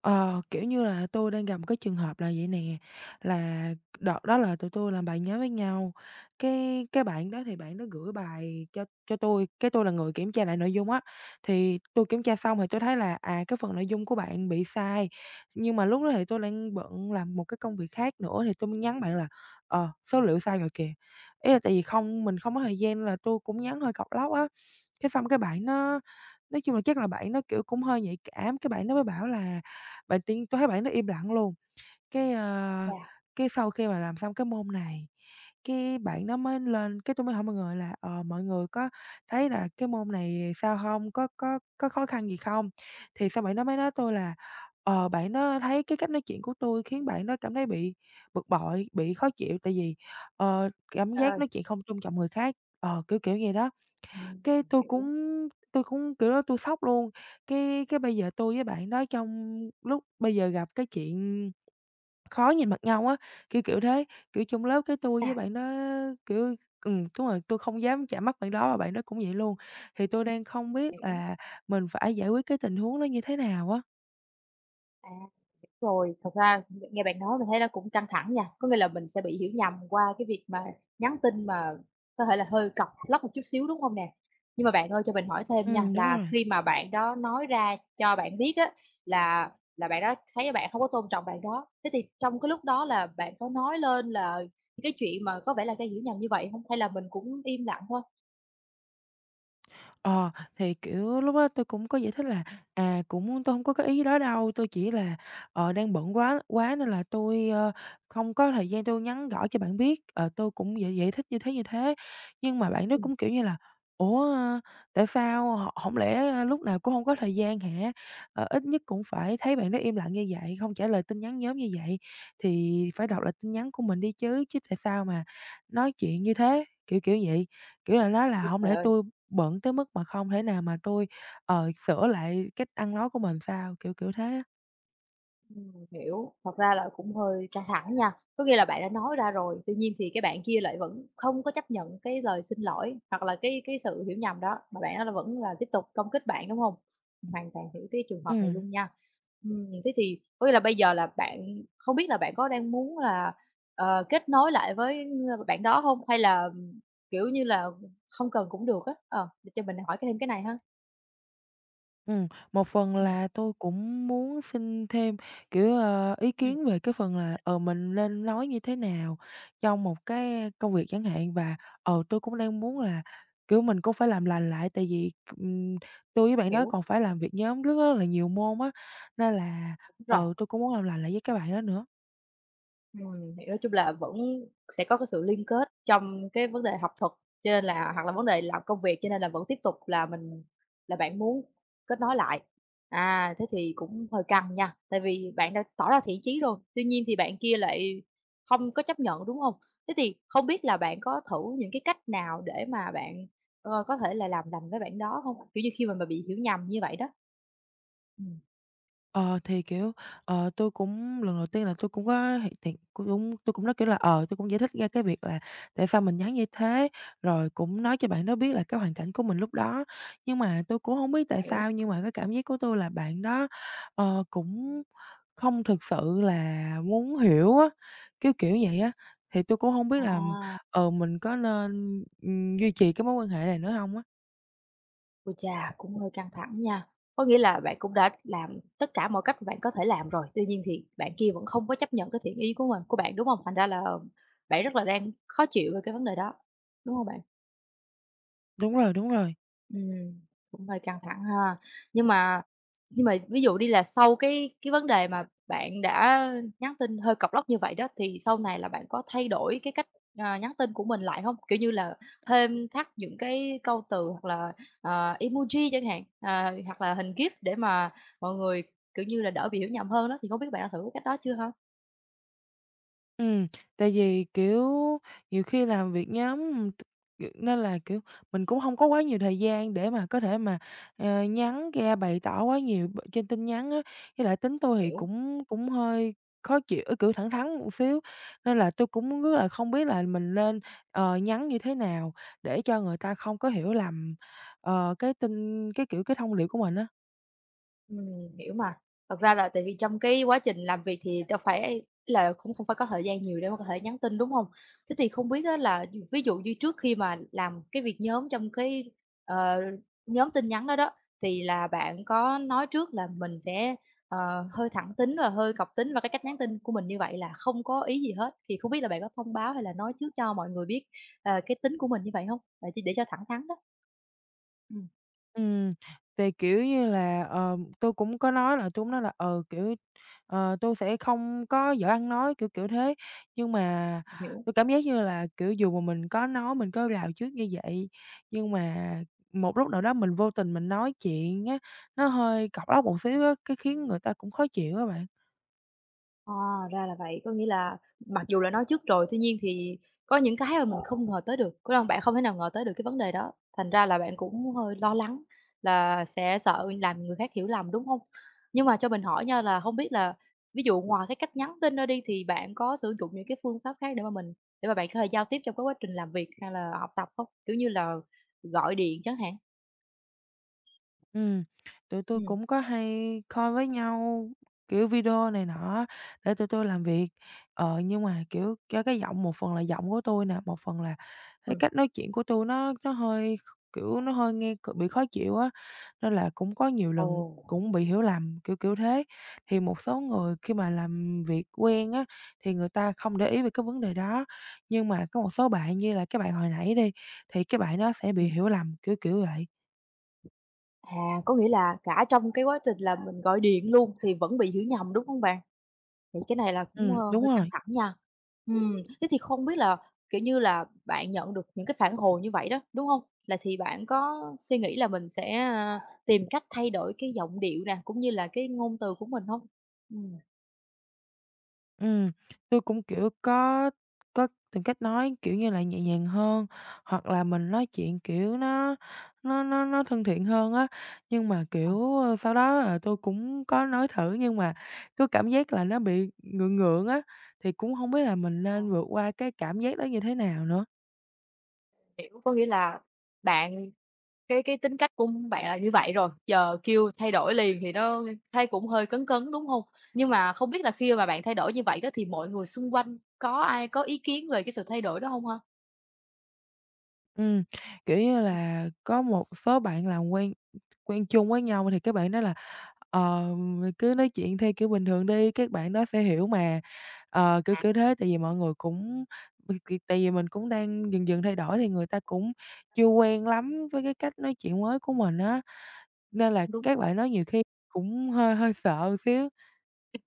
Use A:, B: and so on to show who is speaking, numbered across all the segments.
A: Tôi đang gặp một cái trường hợp là vậy nè, là đợt đó là tụi tôi làm bài nhóm với nhau, cái bạn đó thì bạn đó gửi bài cho tôi cái tôi là người kiểm tra lại nội dung á. Thì tôi kiểm tra xong thì tôi thấy là, cái phần nội dung của bạn bị sai, nhưng mà lúc đó thì tôi đang bận làm một cái công việc khác nữa thì tôi mới nhắn bạn là Số liệu sai rồi kìa." Ý là tại vì không mình không có thời gian là tôi cũng nhắn hơi cọc lóc á. Cái xong cái bạn nó nói chung là chắc là bạn nó kiểu, cũng hơi nhạy cảm, cái bạn nó mới bảo là bạn tính tôi thấy bạn ấy nó im lặng luôn. Cái, ờ,
B: Chà.
A: cái sau khi mà làm xong cái môn này, cái bạn nó mới lên cái tôi mới hỏi mọi người là Mọi người có thấy là cái môn này sao không? Có khó khăn gì không?" Thì sau bạn nó mới nói tôi là Bạn nó thấy cái cách nói chuyện của tôi khiến bạn nó cảm thấy bị bực bội, bị khó chịu tại vì, cảm
B: Trời
A: giác
B: ơi!
A: nói chuyện không tôn trọng người khác." Kiểu vậy đó.
B: Ừm,
A: Cái tôi cũng
B: hiểu.
A: tôi cũng, kiểu, đó tôi sốc luôn, cái bây giờ tôi với bạn đó trong lúc bây giờ gặp cái chuyện khó nhìn mặt nhau á, kiểu thế. Kiểu, trong lớp cái tôi
B: Chà.
A: với bạn đó, kiểu đúng rồi, tôi không dám chạm mắt bạn đó và bạn đó cũng vậy luôn, thì tôi đang không biết
B: Hiểu.
A: là mình phải giải quyết cái tình huống đó như thế nào á.
B: À, rồi, thật ra nghe bạn nói mình thấy nó cũng căng thẳng nha, có nghĩa là mình sẽ bị hiểu nhầm qua cái việc mà nhắn tin mà có thể là hơi cọc lóc một chút xíu, đúng không nè? Nhưng mà bạn ơi, cho mình hỏi thêm nha,
A: Đúng
B: là
A: rồi.
B: khi mà bạn đó nói ra cho bạn biết á, là là bạn đó thấy bạn không có tôn trọng bạn đó, thế thì trong cái lúc đó là bạn có nói lên là cái chuyện mà có vẻ là cái hiểu nhầm như vậy không? Hay là mình cũng im lặng thôi?
A: Lúc đó tôi cũng có giải thích là, cũng tôi không có cái ý đó đâu, tôi chỉ là, đang bận quá quá nên là tôi, không có thời gian tôi nhắn gõ cho bạn biết, tôi cũng giải giải thích như thế, như thế. Nhưng mà bạn đó
B: Ừm,
A: cũng, kiểu như là, "Ủa, ơ, Tại sao họ không lẽ lúc nào cũng không có thời gian hả? Ít nhất cũng phải thấy bạn đó im lặng như vậy, không trả lời tin nhắn nhóm như vậy thì phải đọc lại tin nhắn của mình đi chứ, chứ tại sao mà nói chuyện như thế?" Kiểu vậy. Kiểu là, nói là
B: ôi
A: không
B: trời
A: lẽ
B: ơi!
A: tôi bận tới mức mà không thể nào mà tôi sửa lại cách ăn nói của mình sao, kiểu thế á.
B: Hiểu. Thật ra là cũng hơi căng thẳng nha. Có nghĩa là bạn đã nói ra rồi, tuy nhiên thì cái bạn kia lại vẫn không có chấp nhận cái lời xin lỗi hoặc là cái sự hiểu nhầm đó, mà bạn đó là vẫn là tiếp tục công kích bạn, đúng không? Hoàn toàn hiểu cái trường hợp này
A: Ừm,
B: luôn nha. Thế thì có nghĩa là bây giờ là bạn không biết là bạn có đang muốn là, kết nối lại với bạn đó không? Hay là, kiểu như là, không cần cũng được á? Ờ, để cho mình hỏi thêm cái này ha.
A: ừm, một phần
B: Ừm,
A: là tôi cũng muốn xin thêm, ý
B: ừm,
A: kiến về cái phần là, mình nên nói như thế nào trong một cái công việc chẳng hạn và, tôi cũng đang muốn là, mình cũng phải làm lành lại tại vì, ừm, tôi với bạn đó
B: hiểu.
A: còn phải làm việc nhóm rất là nhiều môn á, nên là,
B: Đúng rồi.
A: ừ, tôi cũng muốn làm lành lại với các bạn đó nữa.
B: Thì nói chung là vẫn sẽ có cái sự liên kết trong cái vấn đề học thuật, cho nên là hoặc là vấn đề làm công việc, cho nên là vẫn tiếp tục là mình là bạn muốn kết nối lại. À, thế thì cũng hơi căng nha, tại vì bạn đã tỏ ra thiện chí rồi, tuy nhiên thì bạn kia lại không có chấp nhận, đúng không? Thế thì không biết là bạn có thử những cái cách nào để mà bạn, có thể là làm lành với bạn đó không? Kiểu như, khi mà bị hiểu nhầm như vậy đó. Ừm,
A: Ờ, thì, kiểu, tôi cũng lần đầu tiên là tôi cũng có hiện tiện cũng cũng tôi cũng nói, tôi cũng giải thích ra cái việc là tại sao mình nhắn như thế, rồi cũng nói cho bạn đó biết là cái hoàn cảnh của mình lúc đó. Nhưng mà tôi cũng không biết tại
B: hiểu,
A: sao nhưng mà cái cảm giác của tôi là bạn đó, cũng không thực sự là muốn hiểu á, kiểu vậy á. Thì tôi cũng không biết là,
B: à.
A: ờ mình có nên, duy trì cái mối quan hệ này nữa không á.
B: Ôi chà, cũng hơi căng thẳng nha. Có nghĩa là bạn cũng đã làm tất cả mọi cách mà bạn có thể làm rồi, tuy nhiên thì bạn kia vẫn không có chấp nhận cái thiện ý của mình của bạn, đúng không? Thành ra là bạn rất là đang khó chịu về cái vấn đề đó, đúng không bạn?
A: Đúng rồi, đúng rồi.
B: Ừm, cũng hơi căng thẳng ha. Nhưng mà nhưng mà ví dụ đi là sau cái vấn đề mà bạn đã nhắn tin hơi cọc lóc như vậy đó, thì sau này là bạn có thay đổi cái cách, nhắn tin của mình lại không? Kiểu như là thêm thắt những cái câu từ hoặc là, emoji chẳng hạn, hoặc là hình GIF để mà mọi người, kiểu như là, đỡ bị hiểu nhầm hơn đó, thì không biết bạn đã thử cái cách đó chưa ha?
A: Ừ, tại vì, nhiều khi làm việc nhóm, nên là, mình cũng không có quá nhiều thời gian để mà có thể mà, nhắn ra bày tỏ quá nhiều b trên tin nhắn á. Với lại tính tôi thì
B: Hiểu.
A: cũng cũng hơi khó chịu thẳng thắn một xíu, nên là tôi cũng rất là không biết là mình nên, nhắn như thế nào để cho người ta không có hiểu lầm, ờ, cái tin cái, kiểu, cái thông điệp của mình á.
B: Hiểu mà. Thật ra là tại vì trong cái quá trình làm việc thì đâu phải là cũng không phải có thời gian nhiều để mà có thể nhắn tin, đúng không? Thế thì không biết á là ví dụ như trước khi mà làm cái việc nhóm trong cái, ờ, nhóm tin nhắn đó đó, thì là bạn có nói trước là mình sẽ, hơi thẳng tính và hơi cộc tính và cái cách nhắn tin của mình như vậy là không có ý gì hết, thì không biết là bạn có thông báo hay là nói trước cho mọi người biết, cái tính của mình như vậy không? Để cho thẳng thắn đó. Ừm,
A: Ừm, thì, kiểu như là, ờ, tôi cũng có nói là chúng nó là, tôi sẽ không có giỏi ăn nói, kiểu thế. Nhưng mà
B: hiểu.
A: tôi cảm giác như là, dù mà mình có nói, mình có rào trước như vậy, nhưng mà một lúc nào đó mình vô tình mình nói chuyện á, nó hơi cộc lốc một xíu á, cái khiến người ta cũng khó chịu á bạn.
B: À, ra là vậy, có nghĩa là mặc dù là nói trước rồi, tuy nhiên thì có những cái mà mình không ngờ tới được, có hông? Bạn không thể nào ngờ tới được cái vấn đề đó, thành ra là bạn cũng hơi lo lắng là sẽ sợ làm người khác hiểu lầm, đúng không? Nhưng mà cho mình hỏi nha là không biết là ví dụ ngoài cái cách nhắn tin ra đi thì bạn có sử dụng những cái phương pháp khác để mà mình để mà bạn có thể giao tiếp trong cái quá trình làm việc hay là học tập không? Kiểu như là gọi điện chẳng hạn?
A: Ừm, tụi tôi
B: Ừm,
A: cũng có hay call với nhau, video này nọ để tụi tôi làm việc. Nhưng mà, do cái giọng một phần là giọng của tôi nè, một phần là cái
B: ừm.
A: cách nói chuyện của tôi nó hơi nó hơi nghe c bị khó chịu á, nên là cũng có nhiều
B: Ồ.
A: lần cũng bị hiểu lầm, kiểu thế. Thì một số người khi mà làm việc quen á, thì người ta không để ý về cái vấn đề đó, nhưng mà có một số bạn như là cái bạn hồi nãy đi, thì cái bạn đó sẽ bị hiểu lầm, kiểu vậy.
B: À, có nghĩa là cả trong cái quá trình là mình gọi điện luôn thì vẫn bị hiểu nhầm, đúng không bạn? Thì cái này là cũng,
A: Đúng
B: hơi căng
A: rồi.
B: thẳng nha. Ừm, thế thì không biết là, kiểu như là, bạn nhận được những cái phản hồi như vậy đó, đúng không? Là thì bạn có suy nghĩ là mình sẽ, tìm cách thay đổi cái giọng điệu nè, cũng như là cái ngôn từ của mình không? Ừm,
A: Ừm, tôi có tìm cách nói, kiểu như là, nhẹ nhàng hơn, hoặc là mình nói chuyện, nó nó thân thiện hơn á. Nhưng mà,
B: ờ,
A: sau đó là tôi cũng có nói thử nhưng mà cứ cảm giác là nó bị ngượng ngượng á, thì cũng không biết là mình nên vượt qua cái cảm giác đó như thế nào nữa?
B: hiểu, có nghĩa là bạn cái tính cách của bạn là như vậy rồi, giờ kêu thay đổi liền thì nó thấy cũng hơi cấn cấn, đúng hông? Nhưng mà không biết là khi mà bạn thay đổi như vậy đó thì mọi người xung quanh có ai có ý kiến về cái sự thay đổi đó hông ha?
A: Ừm,
B: Ừm,
A: có một số bạn làm quen quen chung với nhau thì các bạn nói là "Ờ, Cứ nói chuyện theo kiểu bình thường đi, các bạn đó sẽ hiểu mà." Ờ, kiểu
B: à,
A: kiểu thế, tại vì mọi người cũng b c tại vì mình cũng đang dần dần thay đổi thì người ta cũng chưa quen lắm với cái cách nói chuyện mới của mình á, nên
B: cũng
A: là
B: đúng.
A: các bạn đó nhiều khi cũng hơi hơi sợ xíu.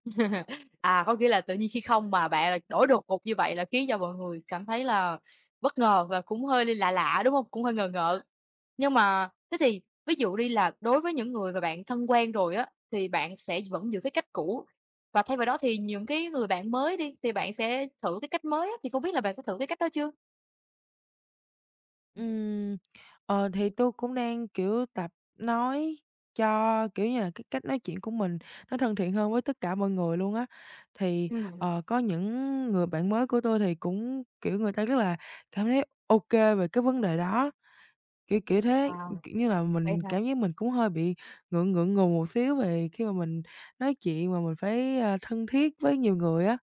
B: À, có nghĩa là tự nhiên khi không mà bạn lại đổi đột ngột như vậy là khiến cho mọi người cảm thấy là bất ngờ và cũng hơi lạ lạ, đúng hông? Cũng hơi ngờ ngợ. Nhưng mà thế thì ví dụ đi là đối với những người mà bạn thân quen rồi á, thì bạn sẽ vẫn giữ cái cách cũ và thay vào đó thì những cái người bạn mới đi, thì bạn sẽ thử cái cách mới á, thì không biết là bạn có thử cái cách đó chưa?
A: Ừm, thì tôi cũng đang, tập nói cho, kiểu như là, cái cách nói chuyện của mình nó thân thiện hơn với tất cả mọi người luôn á. Thì,
B: Ừm,
A: có những người bạn mới của tôi thì cũng, người ta rất là cảm thấy ok về cái vấn đề đó, kiểu kiểu thế.
B: wow,
A: Kiểu như là,
B: vậy
A: mình
B: hả?
A: cảm giác mình cũng hơi bị ngượng ngượng ngùng một xíu về khi mà mình nói chuyện mà mình phải, thân thiết với nhiều người á.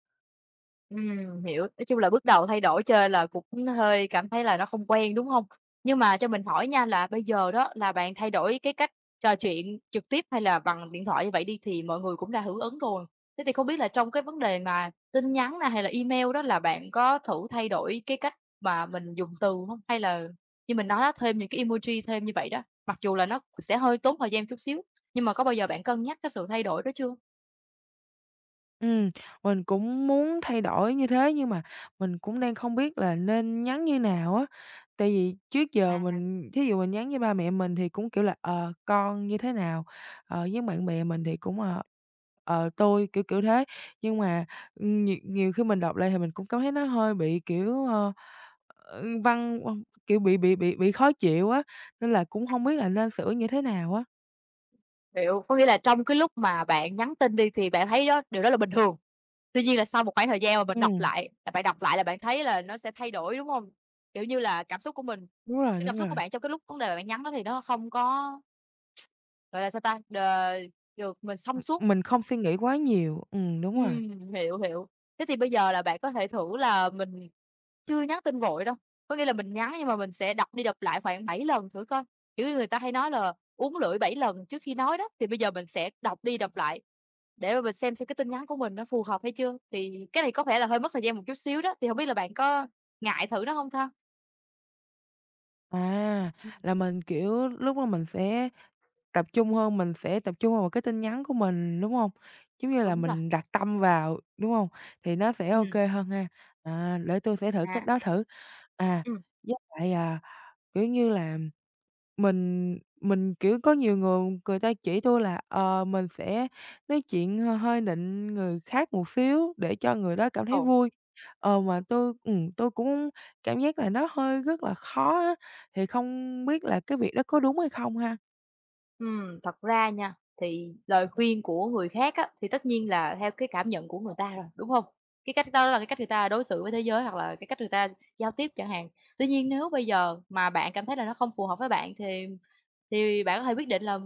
B: Hiểu. Nói chung là bước đầu thay đổi chơi là cũng hơi cảm thấy là nó không quen, đúng hông? Nhưng mà cho mình hỏi nha là bây giờ đó là bạn thay đổi cái cách trò chuyện trực tiếp hay là bằng điện thoại như vậy đi thì mọi người cũng đã hưởng ứng rồi. Thế thì không biết là trong cái vấn đề mà tin nhắn nè hay là email đó là bạn có thử thay đổi cái cách mà mình dùng từ hông? Hay là như mình nói đó, thêm những cái emoji thêm như vậy đó, mặc dù là nó sẽ hơi tốn thời gian chút xíu, nhưng mà có bao giờ bạn cân nhắc cái sự thay đổi đó chưa?
A: Ừm, mình cũng muốn thay đổi như thế nhưng mà mình cũng đang không biết là nên nhắn như nào á. Tại vì trước giờ mình thí dụ mình nhắn với ba mẹ mình thì cũng, kiểu là, Con như thế nào?" Với bạn bè mình thì cũng, Tôi", kiểu thế. Nhưng mà, nhiều nhiều khi mình đọc lại thì mình cũng cảm thấy nó hơi bị, văn bị bị khó chịu á, nên là cũng không biết là nên sửa như thế nào á.
B: Hiểu, có nghĩa là trong cái lúc mà bạn nhắn tin đi thì bạn thấy đó điều đó là bình thường. Tuy nhiên là sau một khoảng thời gian mà mình đọc
A: Ừm,
B: lại là bạn đọc lại là bạn thấy là nó sẽ thay đổi, đúng hông? Kiểu như là, cảm xúc của mình
A: đúng rồi,
B: cái cảm
A: đúng
B: xúc của
A: rồi.
B: bạn trong cái lúc vấn đề mà bạn nhắn đó thì nó không có, gọi là, sao ta, được mình thông suốt.
A: Mình không suy nghĩ quá nhiều, đúng rồi.
B: Hiểu, hiểu. Thế thì bây giờ là bạn có thể thử là mình chưa nhắn tin vội đâu, có nghĩa là mình nhắn nhưng mà mình sẽ đọc đi đọc lại khoảng 7 lần thử coi. Kiểu như, người ta hay nói là uốn lưỡi 7 lần trước khi nói đó, thì bây giờ mình sẽ đọc đi đọc lại để mà mình xem cái tin nhắn của mình nó phù hợp hay chưa. Thì cái này có vẻ là hơi mất thời gian một chút xíu đó, thì không biết là bạn có ngại thử nó không ta?
A: À,
B: Ừm,
A: là mình, lúc đó mình sẽ tập trung hơn, mình sẽ tập trung vào cái tin nhắn của mình, đúng hông? Giống như là
B: đúng rồi.
A: mình đặt tâm vào, đúng hông? Thì nó sẽ
B: Ừ.
A: ô kê hơn ha. À, để tui sẽ thử cách
B: À.
A: đó thử. À,
B: Ừ.
A: với lại, à, kiểu như là mình có nhiều người người ta chỉ tôi là, mình sẽ nói chuyện h hơi nịnh người khác một xíu để cho người đó cảm thấy
B: Ồ.
A: vui. Ờ, mà tôi tui cũng cảm giác là nó hơi rất là khó á, thì không biết là cái việc đó có đúng hay không ha?
B: Thật ra nha, thì lời khuyên của người khác á, thì tất nhiên là theo cái cảm nhận của người ta rồi, đúng không? Cái cách đó là cái cách người ta đối xử với thế giới hoặc là cái cách người ta giao tiếp chẳng hạn. Tuy nhiên nếu bây giờ mà bạn cảm thấy là nó không phù hợp với bạn thì bạn có thể quyết định là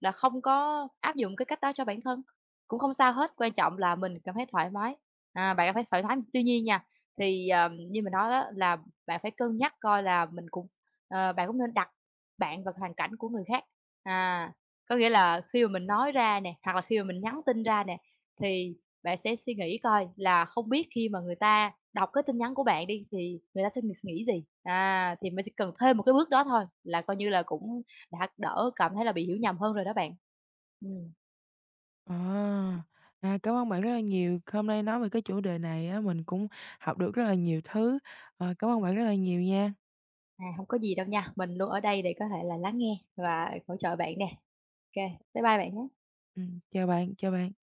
B: không có áp dụng cái cách đó cho bản thân, cũng không sao hết, quan trọng là mình cảm thấy thoải mái, à, bạn cảm thấy thoải mái. Tuy nhiên nha, thì, như mình nói đó là bạn phải cân nhắc coi là mình cũng bạn cũng nên đặt bạn và hoàn cảnh của người khác. À, có nghĩa là khi mà mình nói ra nè, hoặc là khi mà mình nhắn tin ra nè, thì bạn sẽ suy nghĩ coi là không biết khi mà người ta đọc cái tin nhắn của bạn đi thì người ta sẽ nghĩ nghĩ gì. À, thì mình chỉ cần thêm một cái bước đó thôi là coi như là cũng đã đỡ cảm thấy là bị hiểu nhầm hơn rồi đó bạn. Ừm,
A: Ờ, cảm ơn bạn rất là nhiều. Hôm nay nói về cái chủ đề này á, mình cũng học được rất là nhiều thứ. Cảm ơn bạn rất là nhiều nha.
B: à, hông có gì đâu nha, mình luôn ở đây để có thể là lắng nghe và hỗ trợ bạn nè. OK, bye bye bạn nhé.
A: Chào bạn, chào bạn.